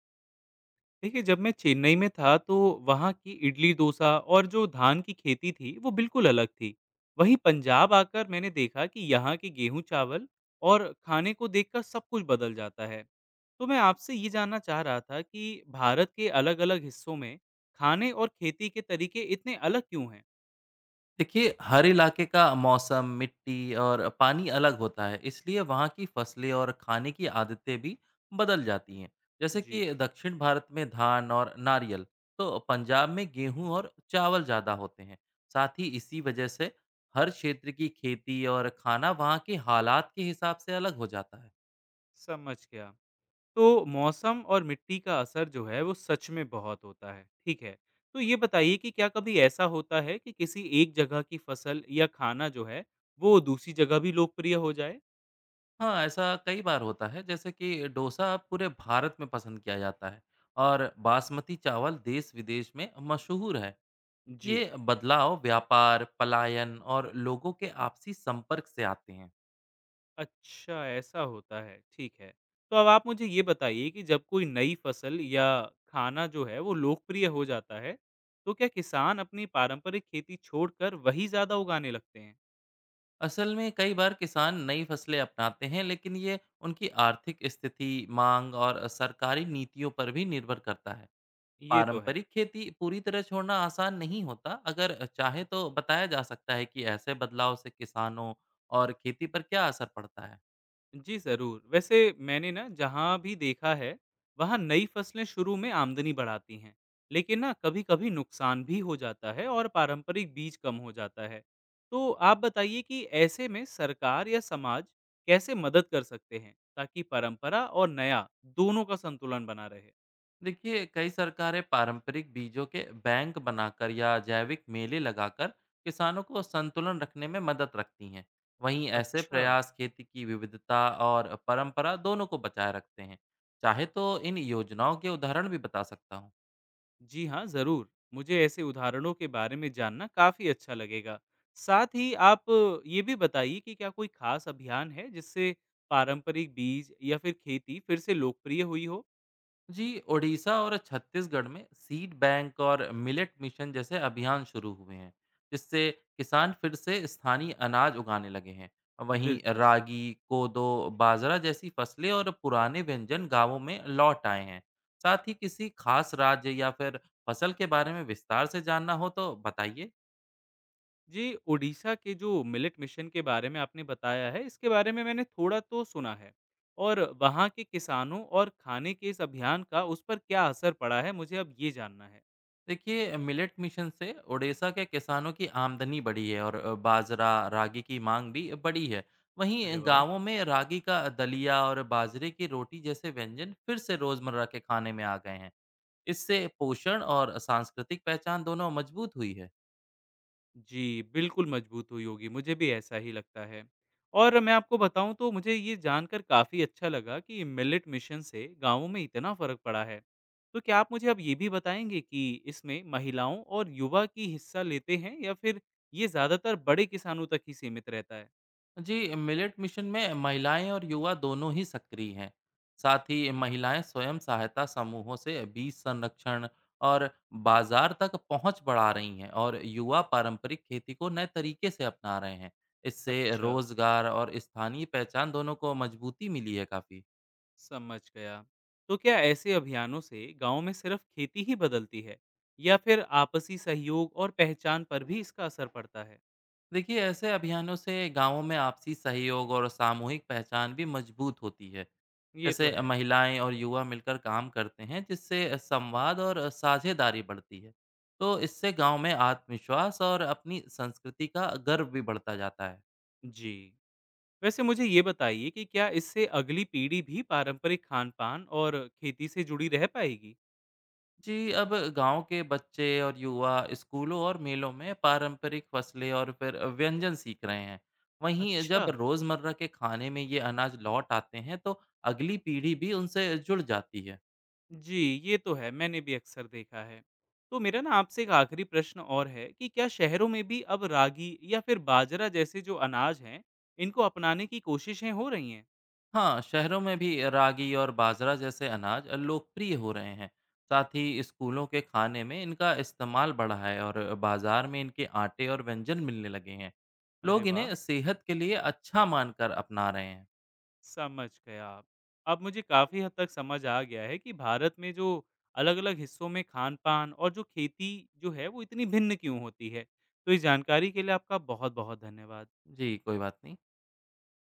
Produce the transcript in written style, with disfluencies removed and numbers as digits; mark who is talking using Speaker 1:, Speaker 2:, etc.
Speaker 1: देखिए, जब मैं चेन्नई में था तो वहाँ की इडली डोसा और जो धान की खेती थी वो बिल्कुल अलग थी। वहीं पंजाब आकर मैंने देखा कि यहाँ के गेहूं चावल और खाने को देखकर सब कुछ बदल जाता है। तो मैं आपसे ये जानना चाह रहा था कि भारत के अलग अलग हिस्सों में खाने और खेती के तरीके इतने अलग क्यों हैं।
Speaker 2: देखिए, हर इलाके का मौसम, मिट्टी और पानी अलग होता है, इसलिए वहाँ की फसलें और खाने की आदतें भी बदल जाती हैं। जैसे
Speaker 1: जी,
Speaker 2: कि दक्षिण भारत में धान और नारियल, तो पंजाब में गेहूं और चावल ज़्यादा होते हैं। साथ ही इसी वजह से हर क्षेत्र की खेती और खाना वहाँ के हालात के हिसाब से अलग हो जाता है।
Speaker 1: समझ गया। तो मौसम और मिट्टी का असर जो है वो सच में बहुत होता है। ठीक है, तो ये बताइए कि क्या कभी ऐसा होता है कि किसी एक जगह की फसल या खाना जो है वो दूसरी जगह भी लोकप्रिय हो जाए।
Speaker 2: हाँ, ऐसा कई बार होता है, जैसे कि डोसा पूरे भारत में पसंद किया जाता है और बासमती चावल देश-विदेश में मशहूर है।
Speaker 1: जी,
Speaker 2: ये बदलाव व्यापार, पलायन और लोगों के आपसी संपर्क से आते हैं।
Speaker 1: अच्छा, ऐसा होता है। ठीक है, तो अब आप मुझे ये बताइए कि जब कोई नई फसल या खाना जो है वो लोकप्रिय हो जाता है तो क्या किसान अपनी पारंपरिक खेती छोड़कर वही ज़्यादा उगाने लगते हैं।
Speaker 2: असल में कई बार किसान नई फसलें अपनाते हैं, लेकिन ये उनकी आर्थिक स्थिति, मांग और सरकारी नीतियों पर भी निर्भर करता है।
Speaker 1: ये तो है।
Speaker 2: पारंपरिक खेती पूरी तरह छोड़ना आसान नहीं होता। अगर चाहे तो बताया जा सकता है कि ऐसे बदलाव से किसानों और खेती पर क्या असर पड़ता है।
Speaker 1: जी ज़रूर। वैसे मैंने ना जहाँ भी देखा है, वहाँ नई फसलें शुरू में आमदनी बढ़ाती हैं, लेकिन ना कभी-कभी नुकसान भी हो जाता है और पारंपरिक बीज कम हो जाता है। तो आप बताइए कि ऐसे में सरकार या समाज कैसे मदद कर सकते हैं, ताकि परंपरा और नया दोनों का संतुलन बना रहे?
Speaker 2: देखिए, कई सरकारें पारंपरिक बीजों के बैंक बनाकर या जैविक मेले लगाकर किसानों को संतुलन रखने में मदद रखती हैं। वहीं ऐसे
Speaker 1: अच्छा।
Speaker 2: प्रयास खेती की विविधता और परंपरा दोनों को बचाए रखते हैं। चाहे तो इन योजनाओं के उदाहरण भी बता सकता हूँ।
Speaker 1: जी हाँ, ज़रूर। मुझे ऐसे उदाहरणों के बारे में जानना काफ़ी अच्छा लगेगा। साथ ही आप ये भी बताइए कि क्या कोई ख़ास अभियान है जिससे पारंपरिक बीज या फिर खेती फिर से लोकप्रिय हुई हो?
Speaker 2: जी, ओडिशा और छत्तीसगढ़ में सीड बैंक और मिलेट मिशन जैसे अभियान शुरू हुए हैं, जिससे किसान फिर से स्थानीय अनाज उगाने लगे हैं। वहीं
Speaker 1: दिलचस्प।
Speaker 2: रागी, कोदो, बाजरा जैसी फसलें और पुराने व्यंजन गांवों में लौट आए हैं। साथ ही किसी खास राज्य या फिर फसल के बारे में विस्तार से जानना हो तो बताइए।
Speaker 1: जी, ओडिशा के जो मिलेट मिशन के बारे में आपने बताया है, इसके बारे में मैंने थोड़ा तो सुना है। और वहाँ के किसानों और खाने के इस अभियान का उस पर क्या असर पड़ा है, मुझे अब ये जानना है।
Speaker 2: देखिए, मिलेट मिशन से ओडिशा के किसानों की आमदनी बढ़ी है और बाजरा रागी की मांग भी बढ़ी है।
Speaker 1: अरे
Speaker 2: वहीं
Speaker 1: वाह!
Speaker 2: गांवों में रागी का दलिया और बाजरे की रोटी जैसे व्यंजन फिर से रोजमर्रा के खाने में आ गए हैं। इससे पोषण और सांस्कृतिक पहचान दोनों मजबूत हुई है।
Speaker 1: जी, बिल्कुल मजबूत हुई होगी, मुझे भी ऐसा ही लगता है। और मैं आपको बताऊँ तो मुझे ये जानकर काफ़ी अच्छा लगा कि मिलेट मिशन से गाँवों में इतना फ़र्क पड़ा है। तो क्या आप मुझे अब ये भी बताएँगे कि इसमें महिलाओं और युवा की हिस्सा लेते हैं या फिर ये ज़्यादातर बड़े किसानों तक ही सीमित रहता है?
Speaker 2: जी, मिलेट मिशन में महिलाएं और युवा दोनों ही सक्रिय हैं। साथ ही महिलाएं स्वयं सहायता समूहों से बीज संरक्षण और बाजार तक पहुंच बढ़ा रही हैं और युवा पारंपरिक खेती को नए तरीके से अपना रहे हैं। इससे
Speaker 1: अच्छा,
Speaker 2: रोजगार और स्थानीय पहचान दोनों को मजबूती मिली है काफ़ी।
Speaker 1: समझ गया। तो क्या ऐसे अभियानों से गाँव में सिर्फ़ खेती ही बदलती है या फिर आपसी सहयोग और पहचान पर भी इसका असर पड़ता है?
Speaker 2: देखिए, ऐसे अभियानों से गांवों में आपसी सहयोग और सामूहिक पहचान भी मजबूत होती है।
Speaker 1: ये तो
Speaker 2: जैसे
Speaker 1: है।
Speaker 2: महिलाएं और युवा मिलकर काम करते हैं, जिससे संवाद और साझेदारी बढ़ती है। तो इससे गांव में आत्मविश्वास और अपनी संस्कृति का गर्व भी बढ़ता जाता है।
Speaker 1: जी। वैसे मुझे ये बताइए कि क्या इससे अगली पीढ़ी भी पारंपरिक खान-पान और खेती से जुड़ी रह पाएगी?
Speaker 2: जी, अब गांव के बच्चे और युवा स्कूलों और मेलों में पारंपरिक फसलें और फिर व्यंजन सीख रहे हैं। वहीं
Speaker 1: अच्छा।
Speaker 2: जब रोजमर्रा के खाने में ये अनाज लौट आते हैं तो अगली पीढ़ी भी उनसे जुड़ जाती है।
Speaker 1: जी, ये तो है, मैंने भी अक्सर देखा है। तो मेरा ना आपसे एक आखिरी प्रश्न और है कि क्या शहरों में भी अब रागी या फिर बाजरा जैसे जो अनाज हैं, इनको अपनाने की कोशिशें हो रही हैं?
Speaker 2: हाँ, शहरों में भी रागी और बाजरा जैसे अनाज लोकप्रिय हो रहे हैं। साथ ही स्कूलों के खाने में इनका इस्तेमाल बढ़ा है और बाजार में इनके आटे और व्यंजन मिलने लगे हैं।
Speaker 1: अरे
Speaker 2: लोग
Speaker 1: वाह!
Speaker 2: इन्हें सेहत के लिए अच्छा मानकर अपना रहे हैं।
Speaker 1: समझ गया। अब मुझे काफ़ी हद तक समझ आ गया है कि भारत में जो अलग-अलग हिस्सों में खान-पान और जो खेती जो है वो इतनी भिन्न क्यों होती है। तो इस जानकारी के लिए आपका बहुत-बहुत धन्यवाद।
Speaker 2: जी, कोई बात नहीं।